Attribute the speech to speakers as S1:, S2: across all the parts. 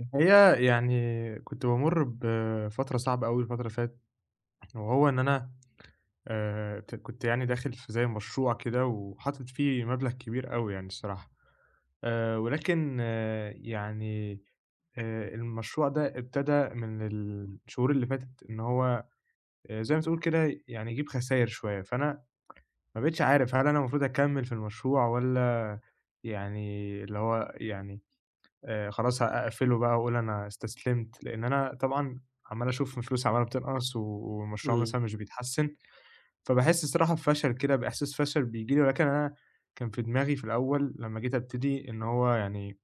S1: الحقيقة، يعني كنت بامُر بفترة صعبة أوي الفترة اللي فاتت، وهو إن أنا ت كنت يعني داخل في زي مشروع كده، وحاطط فيه مبلغ كبير أوي يعني الصراحة. ولكن يعني المشروع ده ابتدى من الشهور اللي فاتت، إن هو زي ما تقول كده يعني يجيب خساير شوية، فأنا ما بقيتش عارف هل أنا المفروض أكمّل في المشروع والّا يعني اللي هو يعني خلاص أقفله بقى، وأقول أنا استسلمت، لإن أنا طبعًا عمّال أشوف فلوسي عمّالة بتنقص والمشروع
S2: إمم،
S1: مثلًا مش بيتحسّن. فباحس الصراحة بفشل كده، بإحساس فشل بييجي لي، ولكن أنا كان في دماغي في الأول لمّا جيت أبتدي إن هو يعني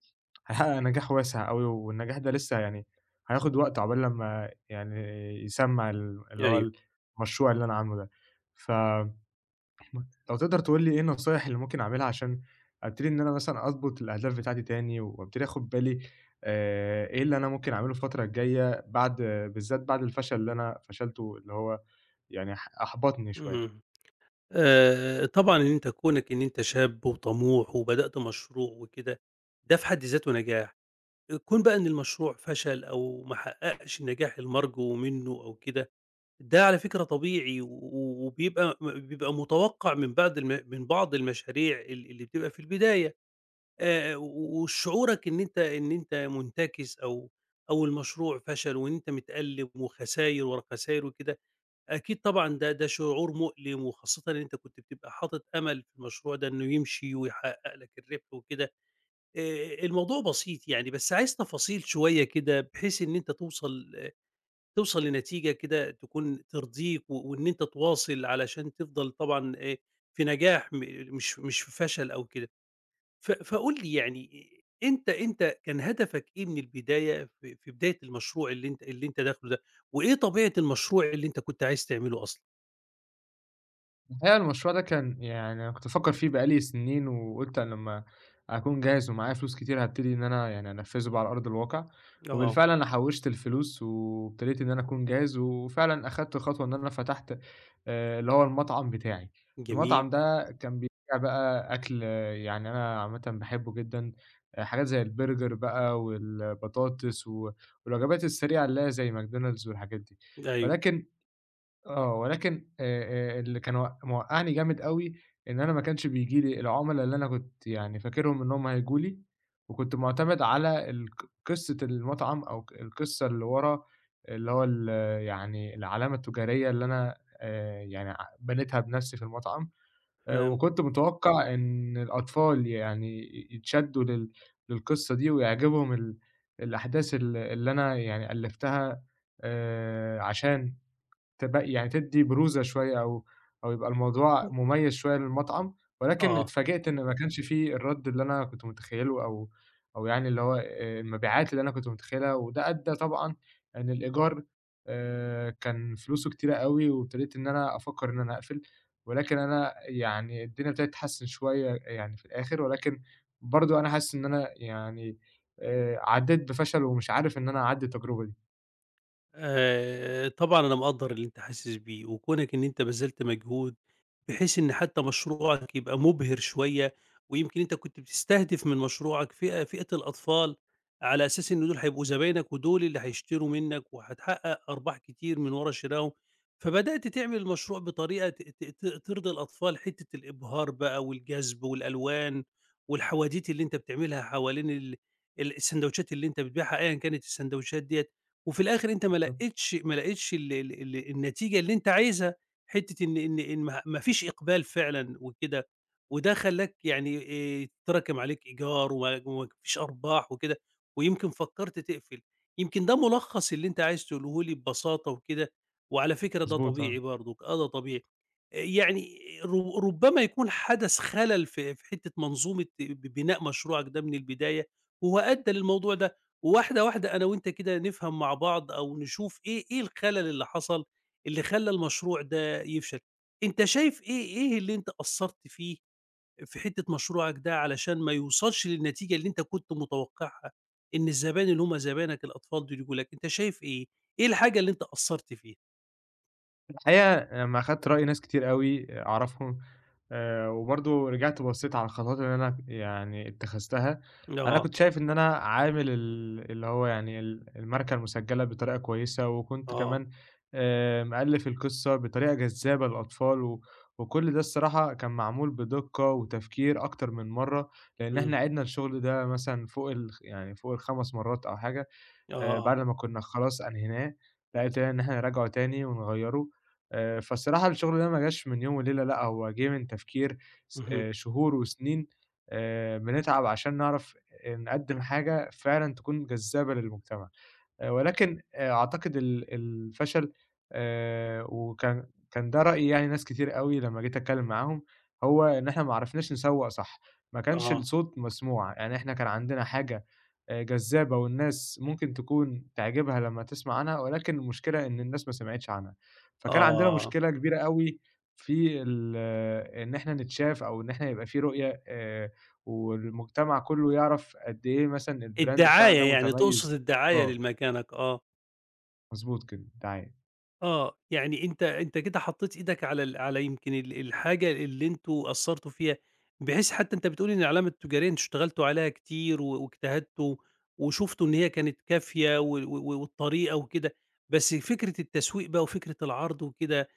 S1: هاحقق نجاح واسع أوي، والنجاح ده لسه يعني هياخد وقت عقبال لمّا يعني يسمّع اللي
S2: أيوه،
S1: هو المشروع اللي أنا عامله ده. ف م لو تقدر تقول لي إيه النصايح اللي ممكن أعملها، عشان أبتدي إن أنا مثلًا أضبط الأهداف بتاعتي تاني، وأبتدي آخُد بالي إيه اللي أنا ممكن أعمله الفترة الجاية، بعد، بالذات بعد الفشل اللي أنا فشلته، اللي هو يعني أحبطني شوية؟
S2: اهم، طبعًا إن أنت كونك إن أنت شاب وطموح وبدأت مشروع وكده، ده في حد ذاته نجاح، كون بقى إن المشروع فشل أو ما حققش النجاح المرجو منه أو كده، ده على فكرة طبيعي و و- وبيبقى بيبقى متوقع من بعض الم من بعض المشاريع اللي بتبقى في البداية، وشعورك إن أنت منتكس أو المشروع فشل وإن أنت متألم وخساير ورا خساير وكده، أكيد طبعًا ده شعور مؤلم، وخاصةً إن أنت كنت بتبقى حاطط أمل في المشروع ده إنه يمشي ويحقق لك الربح وكده، الموضوع بسيط يعني، بس عايز تفاصيل شوية كده بحيث إن أنت توصل آه، توصل لنتيجة كده تكون ترضيك، وإن أنت تواصل علشان تفضل طبعًا في نجاح م مش مش في فشل أو كده. ف فقُل لي يعني أنت كان هدفك إيه من البداية في بداية المشروع اللي أنت داخله ده، وإيه طبيعة المشروع اللي أنت كنت عايز تعمله أصلًا؟
S1: الحقيقة المشروع ده كان يعني أنا كنت بافكّر فيه بقى لي سنين، وقُلت أنا لمّا أكون جاهز ومعايا فلوس كتير هابتدي إن أنا يعني أنفّذه بقى على أرض الواقع.
S2: آه.
S1: وبالفعل أنا حوّشت الفلوس، وابتديت إن أنا أكون جاهز، وفعلًا أخدت خطوة إن أنا فتحت اللي هو المطعم بتاعي.
S2: جميل،
S1: المطعم ده كان بيبيع بقى أكل، يعني أنا عامةً باحبه جدًا، حاجات زي البرجر بقى والبطاطس والوجبات السريعة اللي هي زي ماكدونالدز والحاجات دي.
S2: أيوه
S1: ولكن ولكن اللي كان موقّعني جامد أوي، إن أنا ما كانش بييجي لي العُملا اللي أنا كنت يعني فاكرهم إن هُم هييجوا لي. وكنت مُعتمد على قصة المطعم، أو القصة اللي ورا، اللي هو يعني العلامة التجارية اللي أنا، يعني بنيتها بنَفْسي في المطعم.
S2: فهمت،
S1: وكنت متوقّع إن الأطفال يعني يتشدّوا للقصة دي، ويعجبهم الأحداث اللي أنا يعني ألِّفتها، عشان يعني تدّي بروزة شوية، أو يبقى الموضوع مميز شوية للمطعم. ولكن
S2: آه،
S1: اتفاجأت إن ما كانش في الرَد اللي أنا كنت متخيّله، أو يعني اللي هو المبيعات اللي أنا كنت متخيّلها، وده أدّى طبعًا إن الإيجار كان فلوسه كتيرة أوي، وابتديت إن أنا أفكّر إن أنا أقفل. ولكن أنا يعني الدنيا ابتدت تتحسّن شوية يعني في الآخر، ولكن برضه أنا حاسس إن أنا يعني عدّيت بفشل، ومش عارف إن أنا أعدّي التجربة دي.
S2: طبعًا أنا مقدّر اللي أنت حاسس بيه، وكونك إن أنت بذلت مجهود بحيث إن حتى مشروعك يبقى مُبهِر شوية، ويمكن أنت كنت بتستهدف من مشروعك فئة الأطفال، على أساس إن دول هيبقوا زباينك ودول اللي هيشتروا منك وهتحقق أرباح كتير من ورا شراهم، فبدأت تعمل المشروع بطريقة ت ت ت ترضي الأطفال، حتة الإبهار بقى والجذب والألوان والحواديت اللي أنت بتعملها حوالين ال ال الساندوتشات اللي أنت بتبيعها أيًا كانت الساندوتشات ديّة، وفي الآخر أنت ما
S1: بالضبط.
S2: لقيتش ما لقيتش ال ال ال النتيجة اللي أنت عايزها. حتّة إن ما فيش إقبال فعلًا وكده، وده خلّاك يعني يتراكم عليك إيجار وما فيش أرباح وكده، ويمكن فكّرت تقفل. يمكن ده ملخّص اللي أنت عايز تقوله لي ببساطة وكده، وعلى فكرة ده
S1: مضبوط، آه.
S2: طبيعي برضُك، آه ده طبيعي. يعني ر ربما يكون حدث خَلَل في حتّة منظومة ب بناء مشروعك ده من البداية، وهو أدّى للموضوع ده، وواحدة، واحدة أنا وأنت كده نفهم مع بعض أو نشوف إيه الخَلَل اللي حصل اللي خلّى المشروع ده يفشل. أنت شايف إيه اللي أنت قصّرت فيه في حتّة مشروعك ده علشان ما يوصلش للنتيجة اللي أنت كنت متوقعها، إن الزبائن اللي هم زباينك الأطفال دول ييجوا لك، أنت شايف إيه؟ إيه الحاجة اللي أنت قصّرت فيها؟
S1: الحقيقة لمّا أخدت رأي ناس كتير أوي، أعرفهم، وبرضه رجعت بصيت على الخطوات اللي أنا يعني اتخذتها. أنا
S2: آه،
S1: كنت شايف إن أنا عامل اللي هو يعني الماركة المسجلة بطريقة كويسة، وكنت
S2: آه،
S1: كمان مألف القصة بطريقة جذابة للأطفال، وكل ده الصراحة كان معمول بدقة وتفكير أكتر من مرّة، لإن إحنا
S2: إمم،
S1: عِدنا الشغل ده مثلًا فوق يعني فوق ال5 مرات أو حاجة.
S2: آه، آه،
S1: بعد ما كُنّا خلاص أنهيناه، لقيتنا إن إحنا نراجعه تاني ونغيّره. فالصراحة الشغل ده ما جاش من يوم وليلة، لأ، هو جِه من تفكير س
S2: اهم،
S1: شهور وسنين، بنتعب عشان نعرف نقدّم حاجة فعلًا تكون جذابة للمجتمع. ولكن أعتقد الفشل، وكان ده رأي يعني ناس كتير أوي لمّا جيت أتكلّم معاهم، هو إن إحنا ما عرفناش نسوّق صح. ما كانش
S2: آه،
S1: الصوت مسموع، يعني إحنا كان عندنا حاجة جذابة، والناس ممكن تكون تعجبها لمّا تسمع عنها، ولكن المشكلة إن الناس ما سمعتش عنها. فكان عندنا
S2: آه،
S1: مشكلة كبيرة أوي في ال آه، إن إحنا نتشاف، أو إن إحنا يبقى في رؤية، والمجتمع كلّه يعرف قد إيه مثلًا الbrand بتاعنا ده
S2: الدعاية يعني
S1: متميز.
S2: تقصد الدعاية
S1: آه.
S2: لمكانك، آه.
S1: مضبوط كده، دعاية.
S2: آه، يعني أنت كده حطّيت إيدك على يمكن ال الحاجة اللي أنتم قصّرتوا فيها، بحيث حتى أنت بتقول إن العلامة التجارية أنتم اشتغلتوا عليها كتير و واجتهدتوا وشُفتوا إن هي كانت كافية و و والطريقة وكده، بس فكرة التسويق بقى وفكرة العرض وكده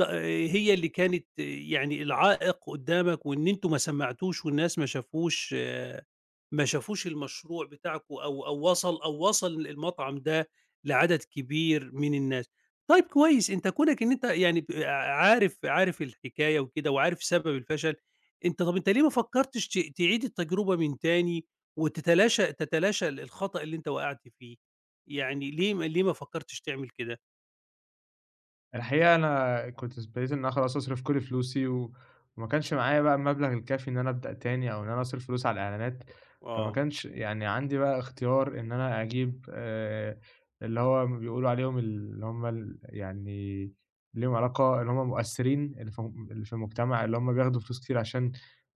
S2: ت هي اللي كانت يعني العائق قدّامك وإن أنتم ما سمّعتوش والناس ما شافوش المشروع بتاعكم أو وصل المطعم ده لعدد كبير من الناس. طيب كويس، أنت كونك إن أنت يعني ب عارف عارف الحكاية وكده وعارف سبب الفشل، طب أنت ليه ما فكّرتش تعيد التجربة من تاني وتتلاشى تتلاشى ال الخطأ اللي أنت وقعت فيه؟ يعني ليه ما فكّرتش تعمل كده؟
S1: الحقيقة أنا كنت ابتديت إن أنا خلاص أصرف كل فلوسي، وما كانش معايا بقى المبلغ الكافي إن أنا أبدأ تاني، أو إن أنا أصرف فلوس على الإعلانات. فما
S2: آه.
S1: كانش يعني عندي بقى اختيار إن أنا أجيب اللي هو بيقولوا عليهم اللي هم يعني ليهم علاقة، اللي هم مؤثرين اللي في المجتمع، اللي هم بياخدوا فلوس كتير عشان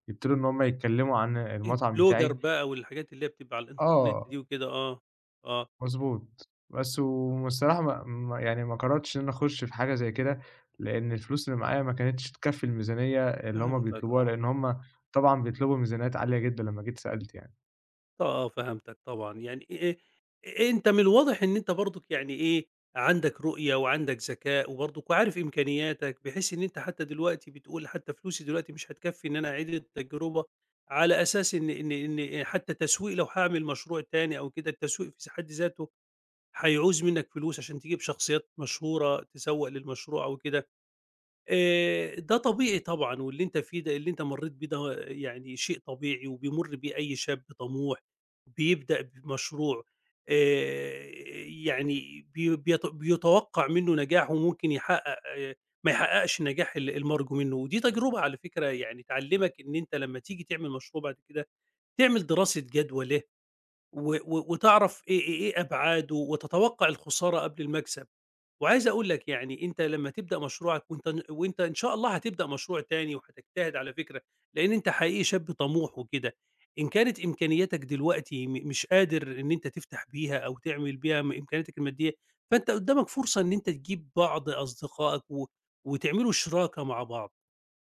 S1: يبتدوا إن هم يتكلموا عن المطعم
S2: البلوجر
S1: بتاعي.
S2: بقى والحاجات اللي هي بتبقى على الإنترنت
S1: آه.
S2: دي وكده، آه، آه،
S1: مضبوط. بس والصراحة ما ما يعني ما قررتش إن أنا أخُش في حاجة زي كده، لإن الفلوس اللي معايا ما كانتش تكفّي الميزانية اللي هُم
S2: فهمتك،
S1: بيطلبوها،
S2: آه.
S1: لإن هُم طبعًا بيطلبوا ميزانيات عالية جدًا لمّا جيت سألت يعني.
S2: آه، فهمتك طبعًا، يعني أنت من الواضح إن أنت برضُك يعني إيه، عندك رؤية وعندك ذكاء وبرضُك وعارف إمكانياتك، بحيث إن أنت حتى دلوقتي بتقول حتى فلوسي دلوقتي مش هتكفّي إن أنا أعيد التجربة، على أساس إن إيه، حتى التسويق لو هاعمل مشروع تاني أو كده، التسويق في س حد ذاته هيعوز منّك فلوس عشان تجيب شخصيات مشهورة تسوّق للمشروع أو كده. ده طبيعي طبعًا، واللي أنت فيه ده اللي أنت مرّيت بيه ده يعني شيء طبيعي وبيمُر بيه أي شاب طموح بيبدأ بمشروع، آآ، يعني بي بيت بيتوقّع منّه نجاح وممكن يحقق آه، ما يحققش النجاح المرجو منّه، ودي تجربة على فكرة يعني تعلّمك إن أنت لمّا تيجي تعمل مشروع بعد كده، تعمل دراسة جدوى له، و و وتعرف إيه أبعاده، وتتوقّع الخسارة قبل المكسب. وعايز أقول لك يعني أنت لمّا تبدأ مشروعك وأنت إن شاء الله هتبدأ مشروع تاني وهتجتهد على فكرة، لإن أنت حقيقي شاب طموح وكده، إن كانت إمكانياتك دلوقتي مش قادر إن أنت تفتح بيها أو تعمل بيها إمكانياتك المادية، فأنت قدّامك فرصة إن أنت تجيب بعض أصدقائك و وتعملوا شراكة مع بعض.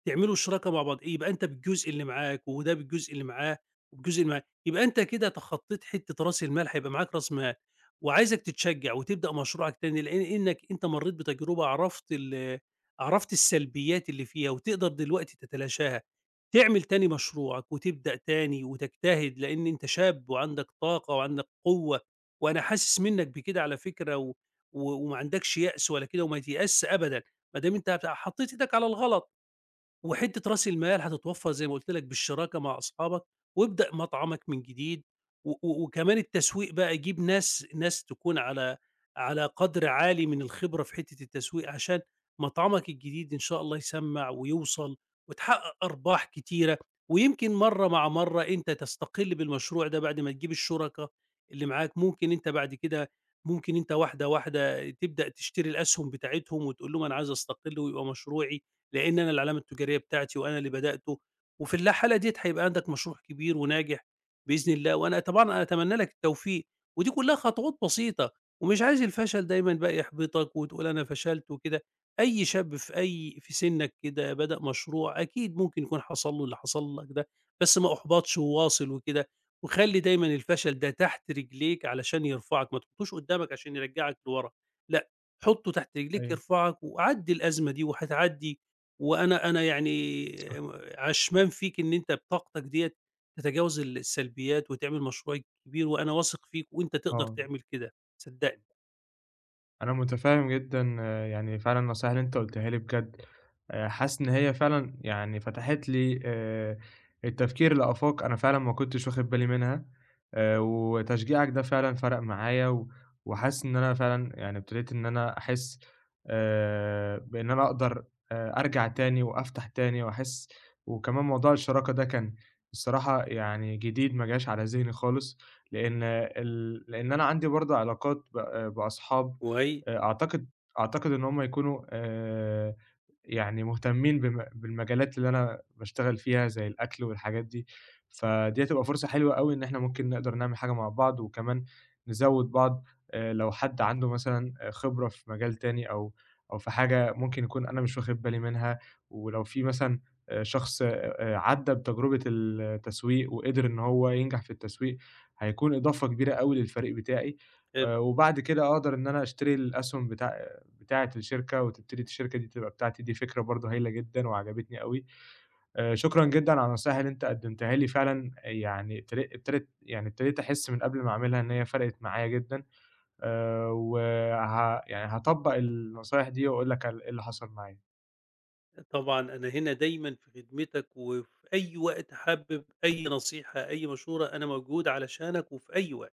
S2: تعملوا شراكة مع بعض، إيه، يبقى أنت بالجزء اللي معاك وده بالجزء اللي معاه وبالجزء اللي معاه، يبقى أنت كده تخطّيت حتّة راس المال، هيبقى معاك راس مال، وعايزك تتشجّع وتبدأ مشروعك تاني لإن إنّك أنت مرّيت بتجربة عرفت السلبيات اللي فيها وتقدر دلوقتي تتلاشاها، تعمل تاني مشروعك وتبدأ تاني وتجتهد لإن أنت شاب وعندك طاقة وعندك قوة، وأنا حاسس منّك بكده على فكرة و و وما عندكش يأس ولا كده وما تيأسش أبدًا، ما دام أنت حطّيت إيدك على الغلط. وحتّة راس المال هتتوفّر زي ما قُلت لك بالشراكة مع أصحابك، وابدأ مطعمك من جديد، و و وكمان التسويق بقى جيب ناس تكون على قدر عالي من الخبرة في حتّة التسويق، عشان مطعمك الجديد إن شاء الله يسمّع ويوصل وتحقق أرباح كتيرة، ويمكن مرّة مع مرّة أنت تستقل بالمشروع ده بعد ما تجيب الشركا اللي معاك، ممكن أنت واحدة واحدة تبدأ تشتري الأسهم بتاعتهم وتقول لهم أنا عايز أستقل ويبقى مشروعي لإن أنا العلامة التجارية بتاعتي وأنا اللي بدأته، وفي حالة ديّة هيبقى عندك مشروع كبير وناجح بإذن الله، وأنا طبعًا أتمنى لك التوفيق، ودي كلها خطوات بسيطة، ومش عايز الفشل دايمًا بقى يحبطك وتقول أنا فشلت وكده، أي شاب في سنك كده بدأ مشروع أكيد ممكن يكون حصل له اللي حصل لك ده، بس ما أحبطش وواصل وكده، وخلّي دايمًا الفشل ده تحت رجليك علشان يرفعك، ما تحطوش قدامك عشان يرجعك لورا، لأ، حطه تحت رجليك
S1: أيوه.
S2: يرفعك وعدّي الأزمة دي وهتعدي وأنا يعني
S1: صح.
S2: عشمان فيك إن أنت بطاقتك ديّة تتجاوز السلبيات وتعمل مشروع كبير وأنا واثق فيك وأنت تقدر
S1: آه.
S2: تعمل كده، صدّقني.
S1: أنا متفهّم جدًا، يعني فعلًا النصايح اللي أنت قُلتها لي بجد، حاسس إن هي فعلًا يعني فتحت لي التفكير لآفاق أنا فعلًا ما كنتش واخد بالي منها، وتشجيعك ده فعلًا فرق معايا، وحاسس إن أنا فعلًا يعني ابتديت إن أنا أحس بإن أنا أقدر أرجع تاني وأفتح تاني وأحس. وكمان موضوع الشراكة ده كان الصراحة يعني جديد، ما جاش على ذهني خالص، لإن لإن أنا عندي برضه علاقات بأصحاب.
S2: كويس،
S1: أعتقد إن هم يكونوا، يعني مهتمين بالمجالات اللي أنا باشتغل فيها زي الأكل والحاجات دي، فدي هتبقى فرصة حلوة أوي إن إحنا ممكن نقدر نعمل حاجة مع بعض، وكمان نزوّد بعض، لو حد عنده مثلًا، خبرة في مجال تاني، أو في حاجة ممكن يكون أنا مش واخد بالي منها، ولو في مثلًا شخص عدّى بتجربة التسويق وقدر إن هو ينجح في التسويق، هيكون إضافة كبيرة أوي للفريق بتاعي.
S2: حلو.
S1: وبعد كده أقدر إن أنا أشتري الأسهم بتاعة الشركة، وتبتدي الشركة دي تبقى بتاعتي. دي فكرة برضه هايلة جدًا وعجبتني أوي. شكرًا جدًا على النصايح اللي أنت قدّمتها لي، فعلًا يعني ابتد ابتدت يعني ابتديت أحس من قبل ما أعملها إن هي فرقت معايا جدًا. وه يعني هاطبّق النصايح دي وأقول لك على إيه اللي حصل معايا.
S2: طبعًا أنا هنا دايمًا في خدمتك، وفي أي وقت حابب أي نصيحة، أي مشورة، أنا موجود علشانك وفي أي وقت.